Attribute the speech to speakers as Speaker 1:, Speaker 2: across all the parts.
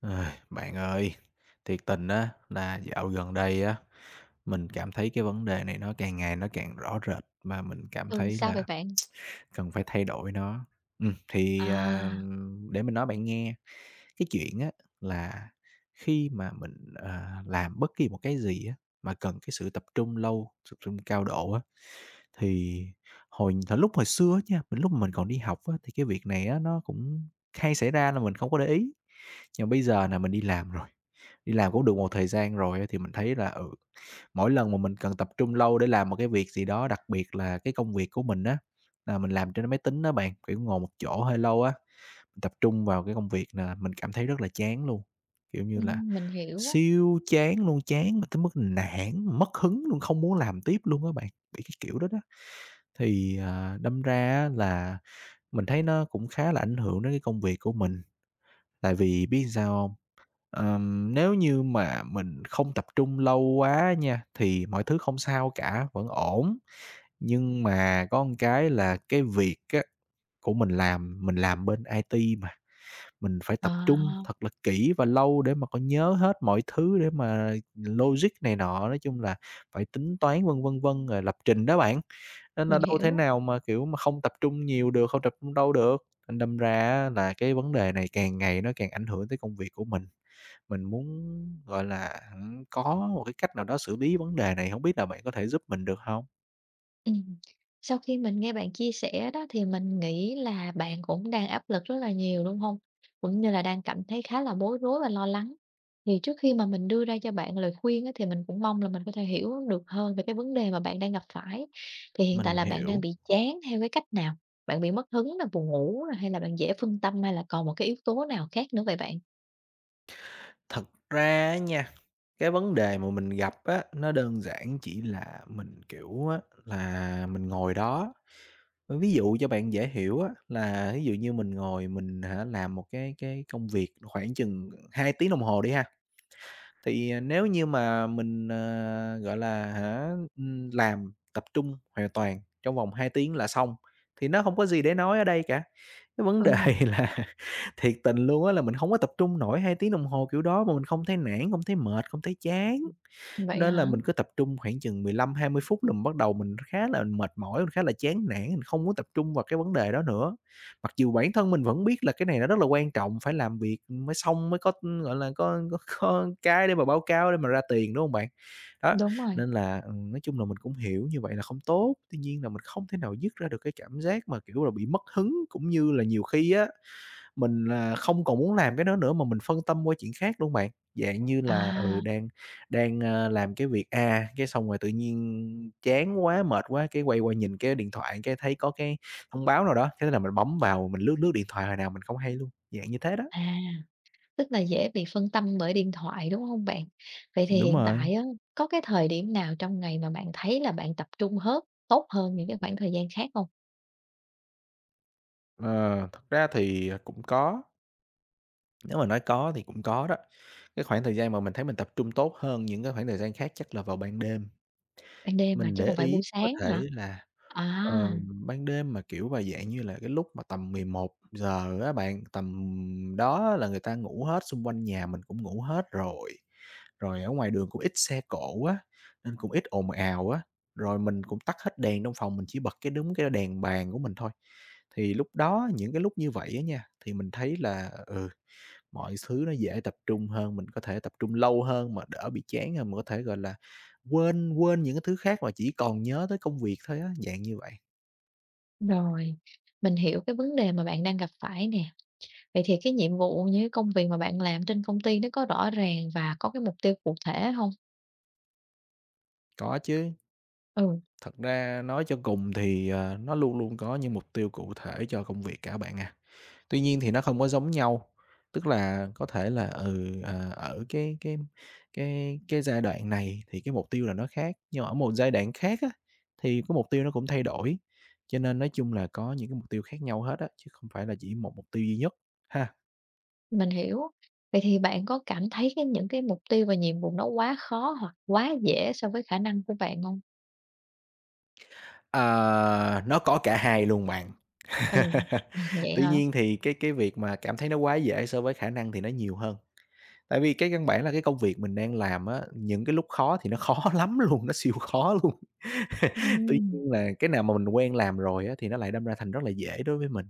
Speaker 1: Ai, bạn ơi, thiệt tình á là dạo gần đây á, mình cảm thấy cái vấn đề này nó càng ngày nó càng rõ rệt mà mình cảm
Speaker 2: Ừ,
Speaker 1: thấy
Speaker 2: sao vậy
Speaker 1: là
Speaker 2: bạn?
Speaker 1: cần phải thay đổi nó. Ừm, thì, à,
Speaker 2: À,
Speaker 1: để mình nói bạn nghe, cái chuyện á là khi mà mình, làm bất kỳ một cái gì á, mà cần cái sự tập trung lâu, tập trung cao độ á, thì hồi thời lúc hồi xưa á nha, mình lúc mà mình còn đi học á, thì cái việc này á nó cũng hay xảy ra là mình không có để ý. Nhưng mà bây giờ nà mình đi làm rồi, đi làm cũng được một thời gian rồi á thì mình thấy là, ừ, mỗi lần mà mình cần tập trung lâu để làm một cái việc gì đó, đặc biệt là cái công việc của mình á, là mình làm trên máy tính đó bạn, kiểu, ngồi một chỗ hơi lâu á, mình tập trung vào cái công việc là mình cảm thấy rất là chán luôn, kiểu như là,
Speaker 2: mình hiểu,
Speaker 1: siêu chán luôn, chán mà tới mức nản, mất hứng luôn, không muốn làm tiếp luôn á bạn, bị cái kiểu đó đó. Thì, đâm ra á là mình thấy nó cũng khá là ảnh hưởng đến cái công việc của mình. Tại vì biết sao hông? Nếu như mà mình không tập trung lâu quá nha, thì mọi thứ không sao cả, vẫn ổn. Nhưng mà có một cái là cái việc á của mình làm bên IT mà, mình phải tập trung
Speaker 2: à,
Speaker 1: thật là kỹ và lâu để mà có nhớ hết mọi thứ để mà logic này nọ, nói chung là phải tính toán vân vân vân, rồi lập trình đó bạn. Nên là
Speaker 2: mình
Speaker 1: đâu thể
Speaker 2: hiểu.
Speaker 1: nào mà, kiểu, mà không tập trung nhiều được, không tập trung đâu được, thành đâm ra á là cái vấn đề này càng ngày nó càng ảnh hưởng tới công việc của mình. Mình muốn, gọi là, hẳn có một cái cách nào đó xử lý vấn đề này, hổng biết là bạn có thể giúp mình được hông?
Speaker 2: Ừm, Sau khi mình nghe bạn chia sẻ đó thì mình nghĩ là bạn cũng đang áp lực rất là nhiều, đúng không? Cũng như là đang cảm thấy khá là bối rối và lo lắng. Thì trước khi mà mình đưa ra cho bạn lời khuyên á, thì mình cũng mong là mình có thể hiểu được hơn về cái vấn đề mà bạn đang gặp phải. Thì hiện tại
Speaker 1: Mình
Speaker 2: là bạn đang
Speaker 1: hiểu.
Speaker 2: bị chán theo cái cách nào? Bạn bị mất hứng là buồn ngủ rồi hay là bạn dễ phân tâm, hay là còn một cái yếu tố nào khác nữa vậy bạn?
Speaker 1: Thật ra á nha, cái vấn đề mà mình gặp á, nó đơn giản chỉ là mình, kiểu á, là mình ngồi đó ví dụ cho bạn dễ hiểu á, là ví dụ như mình ngồi mình hả, làm một cái công việc khoảng chừng 2 tiếng đồng hồ đi ha. Thì, nếu như mà mình, gọi là, hả, làm tập trung hoàn toàn trong vòng 2 tiếng là xong, thì nó không có gì để nói ở đây cả. Cái vấn
Speaker 2: Ừ,
Speaker 1: đề là thiệt tình luôn á là mình không có tập trung nổi 2 tiếng đồng hồ kiểu đó mà mình không thấy nản, không thấy mệt, không thấy chán.
Speaker 2: vậy
Speaker 1: Nên là
Speaker 2: hả?
Speaker 1: mình cứ tập trung khoảng chừng 15-20 phút là mình bắt đầu mình khá là mệt mỏi, mình khá là chán nản, mình không muốn tập trung vào cái vấn đề đó nữa. Mặc dù bản thân mình vẫn biết là cái này nó rất là quan trọng, phải làm việc mới xong mới có, gọi là, có có cái để mà báo cáo để mà ra tiền, đúng không bạn? Đó,
Speaker 2: Đúng rồi.
Speaker 1: nên là, nói chung là mình cũng hiểu như vậy là không tốt, tuy nhiên là mình không thể nào dứt ra được cái cảm giác mà, kiểu là, bị mất hứng, cũng như là nhiều khi á mình là không còn muốn làm cái đó nữa mà mình phân tâm qua chuyện khác luôn bạn. Dạng như là,
Speaker 2: À,
Speaker 1: ừ, đang đang, ơ, làm cái việc A, cái xong rồi tự nhiên chán quá, mệt quá, cái quay qua nhìn cái điện thoại, cái thấy có cái thông báo nào đó, thế là mình bấm vào mình lướt lướt điện thoại hồi nào mình không hay luôn, dạng như thế đó.
Speaker 2: à, tức là dễ bị phân tâm bởi điện thoại, đúng không bạn? Vậy thì
Speaker 1: Đúng
Speaker 2: hiện
Speaker 1: rồi.
Speaker 2: tại á, có cái thời điểm nào trong ngày mà bạn thấy là bạn tập trung hết tốt hơn những cái khoảng thời gian khác không?
Speaker 1: Ờ, thật ra thì, cũng có, nếu mà nói có thì cũng có đó. Cái khoảng thời gian mà mình thấy mình tập trung tốt hơn những cái khoảng thời gian khác chắc là vào ban đêm.
Speaker 2: Ban đêm mà
Speaker 1: Mình
Speaker 2: chứ
Speaker 1: để
Speaker 2: không phải buổi
Speaker 1: ý có
Speaker 2: sáng hả?
Speaker 1: thể là,
Speaker 2: À,
Speaker 1: ban đêm mà, kiểu, và dạng như là cái lúc mà tầm 11 giờ á bạn, tầm đó là người ta ngủ hết, xung quanh nhà mình cũng ngủ hết rồi. Rồi ở ngoài đường cũng ít xe cộ á, nên cũng ít ồn ào á, rồi mình cũng tắt hết đèn trong phòng, mình chỉ bật cái đúng cái đèn bàn của mình thôi. Thì lúc đó những cái lúc như vậy á nha, thì mình thấy là, ừ, mọi thứ nó dễ tập trung hơn, mình có thể tập trung lâu hơn mà đỡ bị chán hơn, mà có thể, gọi là, quên quên những cái thứ khác mà chỉ còn nhớ tới công việc thôi á, dạng như vậy.
Speaker 2: rồi, mình hiểu cái vấn đề mà bạn đang gặp phải nè. Vậy thì cái nhiệm vụ, như cái công việc mà bạn làm trên công ty nó có rõ ràng và có cái mục tiêu cụ thể không?
Speaker 1: Có chứ,
Speaker 2: Ừ,
Speaker 1: thật ra nói cho cùng thì, nó luôn luôn có những mục tiêu cụ thể cho công việc cả bạn à. Tuy nhiên thì nó không có giống nhau, tức là có thể là, ừ, ở cái giai đoạn này thì cái mục tiêu là nó khác, nhưng mà ở một giai đoạn khác á, thì cái mục tiêu nó cũng thay đổi. Cho nên nói chung là có những cái mục tiêu khác nhau hết á, chứ không phải là chỉ một mục tiêu duy nhất ha.
Speaker 2: mình hiểu. Vậy thì bạn có cảm thấy cái những cái mục tiêu và nhiệm vụ nó quá khó hoặc quá dễ so với khả năng của bạn không?
Speaker 1: Ờ, nó có cả hai luôn bạn.
Speaker 2: Ừ, vậy
Speaker 1: Tuy
Speaker 2: hả?
Speaker 1: nhiên thì cái việc mà cảm thấy nó quá dễ so với khả năng thì nó nhiều hơn. Tại vì cái căn bản là cái công việc mình đang làm á, những cái lúc khó thì nó khó lắm luôn, nó siêu khó luôn. Tuy
Speaker 2: Ừm,
Speaker 1: nhiên là cái nào mà mình quen làm rồi á, thì nó lại đâm ra thành rất là dễ đối với mình.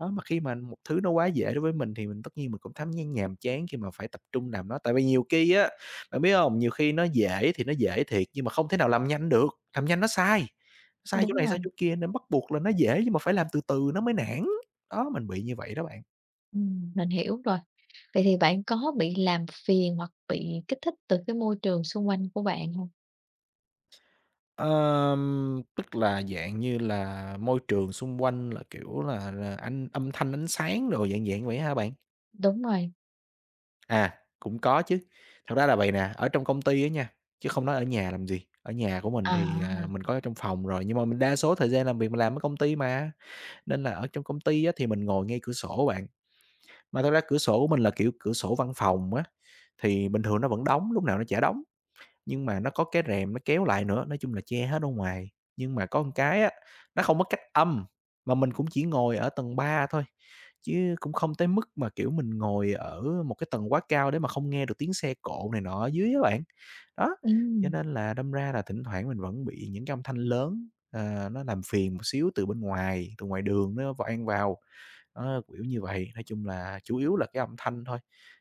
Speaker 1: Đó, mà khi mà một thứ nó quá dễ đối với mình thì mình tất nhiên mình cũng thấm nhan nhàm chán khi mà phải tập trung làm nó. Tại vì nhiều khi á, bạn biết không? Nhiều khi nó dễ thì nó dễ thiệt, nhưng mà không thể nào làm nhanh được, làm nhanh nó sai, sai chỗ
Speaker 2: đúng
Speaker 1: này sai
Speaker 2: rồi,
Speaker 1: chỗ kia nên bắt buộc là nó dễ nhưng mà phải làm từ từ nó mới nản. Đó, mình bị như vậy đó bạn.
Speaker 2: mình hiểu rồi. Vậy thì bạn có bị làm phiền hoặc bị kích thích từ cái môi trường xung quanh của bạn không?
Speaker 1: Tức là dạng như là môi trường xung quanh là, kiểu là ánh âm thanh, ánh sáng đồ, dạng dạng vậy ha bạn?
Speaker 2: Đúng rồi,
Speaker 1: Cũng có chứ. Thật ra là vậy nè, ở trong công ty á nha, chứ không nói ở nhà làm gì, ở nhà của mình
Speaker 2: à,
Speaker 1: thì, mình có ở trong phòng rồi, nhưng mà mình đa số thời gian làm việc mình làm ở công ty mà, nên là ở trong công ty á thì mình ngồi ngay cửa sổ bạn. Mà thật ra cửa sổ của mình là, kiểu, cửa sổ văn phòng á, thì bình thường nó vẫn đóng, lúc nào nó chả đóng. Nhưng mà nó có cái rèm nó kéo lại nữa, nói chung là che hết ở ngoài. Nhưng mà có một cái á, nó không có cách âm, mà mình cũng chỉ ngồi ở tầng 3 thôi, chứ cũng không tới mức mà, kiểu, mình ngồi ở một cái tầng quá cao để mà không nghe được tiếng xe cộ này nọ ở dưới á bạn. Đó, cho
Speaker 2: ừm,
Speaker 1: nên là đâm ra là thỉnh thoảng mình vẫn bị những cái âm thanh lớn, nó làm phiền một xíu từ bên ngoài, từ ngoài đường nó vang vào. Đó, kiểu như vậy, nói chung là chủ yếu là cái âm thanh thôi,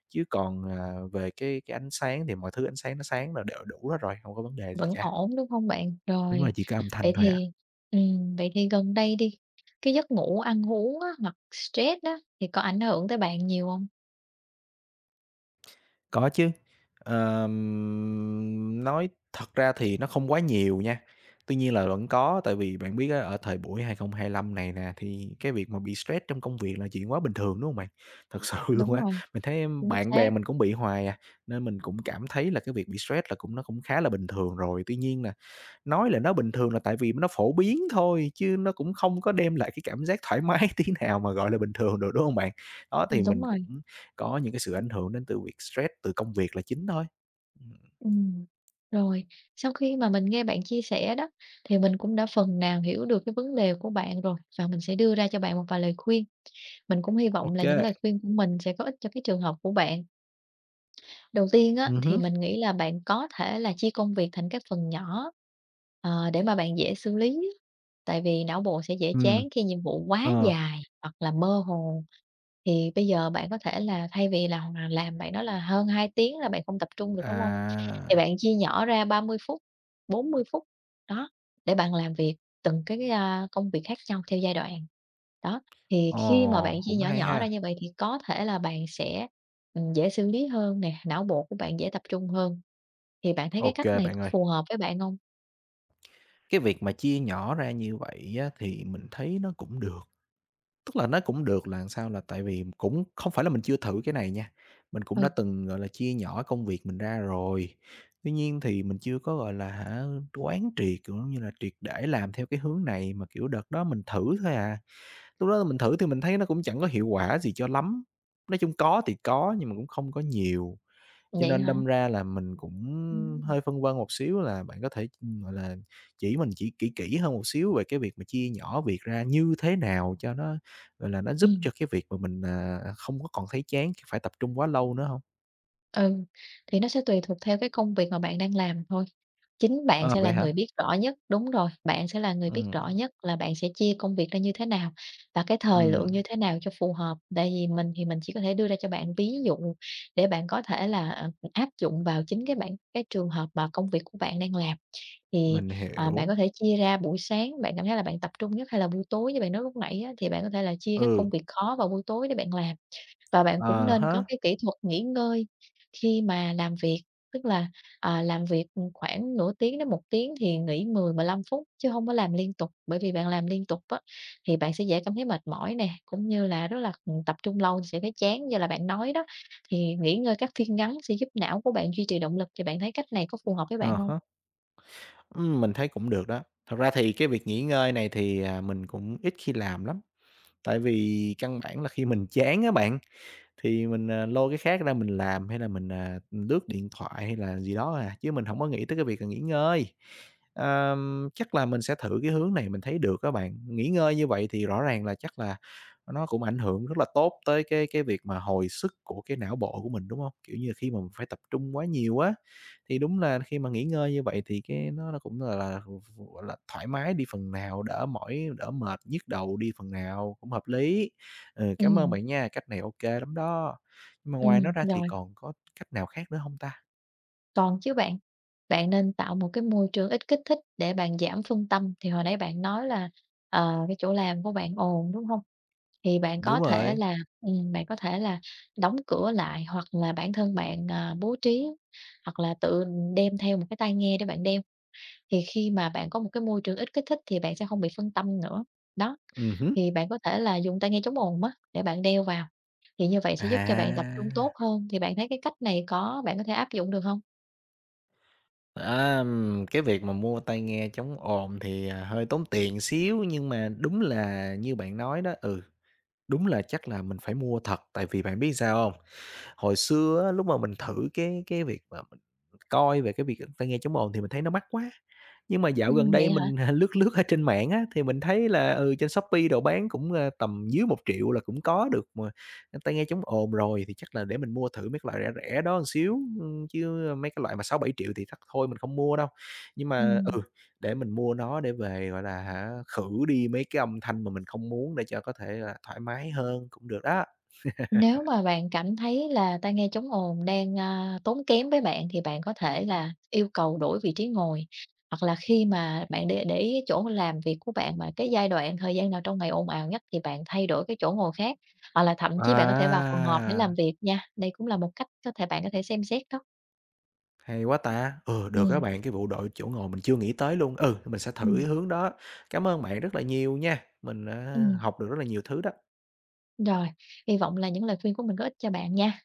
Speaker 1: chứ còn, về cái ánh sáng thì mọi thứ ánh sáng nó sáng là đều đủ hết rồi, không có vấn đề gì
Speaker 2: vẫn
Speaker 1: cả.
Speaker 2: ổn, đúng không bạn?
Speaker 1: Đúng là
Speaker 2: Rồi,
Speaker 1: chỉ có âm
Speaker 2: vậy
Speaker 1: thanh thôi ạ.
Speaker 2: thì vậy thì gần đây đi, cái giấc ngủ, ăn uống á, hoặc stress đó thì có ảnh hưởng tới bạn nhiều không?
Speaker 1: Có chứ, nói thật ra thì nó không quá nhiều nha, tuy nhiên là vẫn có, tại vì bạn biết á, ở thời buổi 2025 này nè, thì cái việc mà bị stress trong công việc là chuyện quá bình thường, đúng không bạn? Thật sự luôn
Speaker 2: Đúng
Speaker 1: á,
Speaker 2: rồi,
Speaker 1: mình thấy em
Speaker 2: chính
Speaker 1: bạn
Speaker 2: xác,
Speaker 1: bè mình cũng bị hoài à, nên mình cũng cảm thấy là cái việc bị stress là cũng nó cũng khá là bình thường rồi. Tuy nhiên nè, nói là nó bình thường là tại vì nó phổ biến thôi, chứ nó cũng không có đem lại cái cảm giác thoải mái tí nào mà gọi là bình thường được, đúng không bạn? Đó, thì
Speaker 2: đúng
Speaker 1: mình
Speaker 2: rồi.
Speaker 1: cũng có những cái sự ảnh hưởng đến từ việc stress từ công việc là chính thôi. Ừm,
Speaker 2: Ừm, rồi, sau khi mà mình nghe bạn chia sẻ đó, thì mình cũng đã phần nào hiểu được cái vấn đề của bạn rồi và mình sẽ đưa ra cho bạn một vài lời khuyên. Mình cũng hy
Speaker 1: ô
Speaker 2: vọng là những lời
Speaker 1: Ừ.
Speaker 2: khuyên của mình sẽ có ích cho cái trường hợp của bạn. Đầu tiên á, thì
Speaker 1: Hứm,
Speaker 2: mình nghĩ là bạn có thể là chia công việc thành các phần nhỏ, để mà bạn dễ xử lý. Tại vì não bộ sẽ dễ chán khi nhiệm vụ quá
Speaker 1: ờ,
Speaker 2: dài hoặc là mơ hồ. Thì bây giờ bạn có thể là thay vì là làm bạn nói là hơn 2 tiếng là bạn không tập trung được, đúng không? Thì
Speaker 1: à,
Speaker 2: bạn chia nhỏ ra 30 phút, 40 phút, đó, để bạn làm việc từng cái công việc khác nhau theo giai đoạn. Đó, thì khi mà bạn
Speaker 1: ồ,
Speaker 2: chia
Speaker 1: Cũng
Speaker 2: nhỏ
Speaker 1: hay
Speaker 2: nhỏ ra
Speaker 1: ha.
Speaker 2: như vậy thì có thể là bạn sẽ, dễ xử lý hơn nè, não bộ của bạn dễ tập trung hơn. Thì bạn thấy cái
Speaker 1: Ok
Speaker 2: cách này có
Speaker 1: bạn ơi.
Speaker 2: phù hợp với bạn không?
Speaker 1: Cái việc mà chia nhỏ ra như vậy á, thì mình thấy nó cũng được. Tức là nó cũng được là làm sao là tại vì cũng không phải là mình chưa thử cái này nha, mình cũng đã
Speaker 2: Ừ,
Speaker 1: từng, gọi là, chia nhỏ công việc mình ra rồi. Tuy nhiên thì mình chưa có, gọi là hả, quán triệt, kiểu như là, triệt để làm theo cái hướng này mà, kiểu, đợt đó mình thử thôi à. Lúc đó mình thử thì mình thấy nó cũng chẳng có hiệu quả gì cho lắm, nói chung có thì có nhưng mà cũng không có nhiều. Cho
Speaker 2: vậy
Speaker 1: nên
Speaker 2: hả?
Speaker 1: đâm ra là mình cũng
Speaker 2: Ừm.
Speaker 1: hơi phân vân một xíu là bạn có thể, gọi là, chỉ mình chỉ kỹ kỹ hơn một xíu về cái việc mà chia nhỏ việc ra như thế nào cho nó, gọi là, nó giúp
Speaker 2: Ừm.
Speaker 1: cho cái việc mà mình không có còn thấy chán phải tập trung quá lâu nữa hông?
Speaker 2: Ừ, thì nó sẽ tùy thuộc theo cái công việc mà bạn đang làm thôi. Chính bạn
Speaker 1: Ờ,
Speaker 2: sẽ là
Speaker 1: vậy hả?
Speaker 2: người biết rõ nhất đúng rồi, bạn sẽ là người biết rõ
Speaker 1: Ừm,
Speaker 2: nhất là bạn sẽ chia công việc ra như thế nào và cái thời lượng
Speaker 1: ừm,
Speaker 2: như thế nào cho phù hợp. Tại vì mình thì mình chỉ có thể đưa ra cho bạn ví dụ để bạn có thể là, áp dụng vào chính cái trường hợp mà công việc của bạn đang làm. Thì,
Speaker 1: mình
Speaker 2: bạn có
Speaker 1: hiểu.
Speaker 2: thể chia ra buổi sáng bạn cảm thấy là bạn tập trung nhất hay là buổi tối như bạn nói lúc nãy á, thì bạn có thể là chia các công
Speaker 1: Ừ,
Speaker 2: việc khó vào buổi tối để bạn làm. Và bạn
Speaker 1: à
Speaker 2: cũng nên
Speaker 1: há,
Speaker 2: có cái kỹ thuật nghỉ ngơi khi mà làm việc, tức là, làm việc, khoảng nửa tiếng đến một tiếng thì nghỉ 10 lăm phút chứ không có làm liên tục, bởi vì bạn làm liên tục á, thì bạn sẽ dễ cảm thấy mệt mỏi nè, cũng như là rất là, tập trung lâu thì sẽ thấy chán như là bạn nói đó. Thì nghỉ ngơi các phiên ngắn sẽ giúp não của bạn duy trì động lực, thì bạn thấy cách này có phù hợp với
Speaker 1: à
Speaker 2: bạn không?
Speaker 1: há. Mình thấy cũng được đó. Thật ra thì cái việc nghỉ ngơi này thì mình cũng ít khi làm lắm, tại vì căn bản là khi mình chán á bạn. Thì mình lôi cái khác ra mình làm hay là mình lướt điện thoại hay là gì đó à, chứ mình không có nghĩ tới cái việc là nghỉ ngơi. Chắc là mình sẽ thử cái hướng này mình thấy được các bạn. Nghỉ ngơi như vậy thì rõ ràng là chắc là nó cũng ảnh hưởng rất là tốt tới cái việc mà hồi sức của cái não bộ của mình, đúng không? Kiểu như, khi mà mình phải tập trung quá nhiều á, thì đúng là khi mà nghỉ ngơi như vậy thì cái nó cũng, gọi là, thoải mái đi phần nào, đỡ mỏi, đỡ mệt, nhức đầu đi phần nào, cũng hợp lý. Ừ,
Speaker 2: ừ
Speaker 1: cảm ơn bạn nha, cách này ok lắm đó. Nhưng mà ngoài nó ra thì
Speaker 2: Rồi.
Speaker 1: còn có cách nào khác nữa không ta?
Speaker 2: Còn chứ bạn, bạn nên tạo một cái môi trường ít kích thích để bạn giảm phân tâm. Thì hồi nãy bạn nói là, cái chỗ làm của bạn ồn, đúng không? Thì bạn có
Speaker 1: Đúng
Speaker 2: thể
Speaker 1: rồi,
Speaker 2: là bạn có thể là đóng cửa lại hoặc là bản thân bạn, bố trí hoặc là tự đem theo một cái tai nghe để bạn đeo. Thì khi mà bạn có một cái môi trường ít kích thích thì bạn sẽ không bị phân tâm nữa. Đó,
Speaker 1: hứm.
Speaker 2: thì bạn có thể là dùng tai nghe chống ồn á, để bạn đeo vào, thì như vậy sẽ giúp cho bạn tập trung tốt
Speaker 1: À.
Speaker 2: hơn. Thì bạn thấy cái cách này có bạn có thể áp dụng được không?
Speaker 1: Cái việc mà mua tai nghe chống ồn thì, hơi tốn tiền xíu, nhưng mà đúng là như bạn nói đó, ừ, đúng là chắc là mình phải mua thật. Tại vì bạn biết sao không? Hồi xưa á, lúc mà mình thử cái việc mà mình coi về cái việc tai nghe chống ồn thì mình thấy nó mắc quá. Nhưng mà dạo gần
Speaker 2: Vậy
Speaker 1: đây
Speaker 2: hả?
Speaker 1: mình, lướt lướt ở trên mạng á, thì mình thấy là, ừ, trên Shopee đồ bán cũng, tầm dưới 1.000.000 là cũng có được mà, tai nghe chống ồn rồi thì chắc là để mình mua thử mấy cái loại rẻ rẻ đó một xíu, chứ mấy cái loại mà 6-7 triệu thì chắc thôi mình không mua đâu. Nhưng mà,
Speaker 2: Ừm,
Speaker 1: ừ, để mình mua nó để về, gọi là hả, khử đi mấy cái âm thanh mà mình không muốn để cho có thể là thoải mái hơn cũng được đó.
Speaker 2: Nếu mà bạn cảm thấy là tai nghe chống ồn đang, tốn kém với bạn thì bạn có thể là yêu cầu đổi vị trí ngồi, hoặc là khi mà bạn để ý chỗ làm việc của bạn mà cái giai đoạn, thời gian nào trong ngày ồn ào nhất thì bạn thay đổi cái chỗ ngồi khác, hoặc là thậm chí bạn có thể vào phòng họp để làm
Speaker 1: À!
Speaker 2: việc nha. Đây cũng là một cách có thể bạn có thể xem xét đó.
Speaker 1: Hay quá ta! Ừ, được các
Speaker 2: Ừm,
Speaker 1: bạn, cái vụ đội chỗ ngồi mình chưa nghĩ tới luôn. Ừ, mình sẽ thử
Speaker 2: ừm,
Speaker 1: cái hướng đó. Cảm ơn bạn rất là nhiều nha, mình đã
Speaker 2: ừm,
Speaker 1: học được rất là nhiều thứ đó.
Speaker 2: Rồi, hy vọng là những lời khuyên của mình có ích cho bạn nha.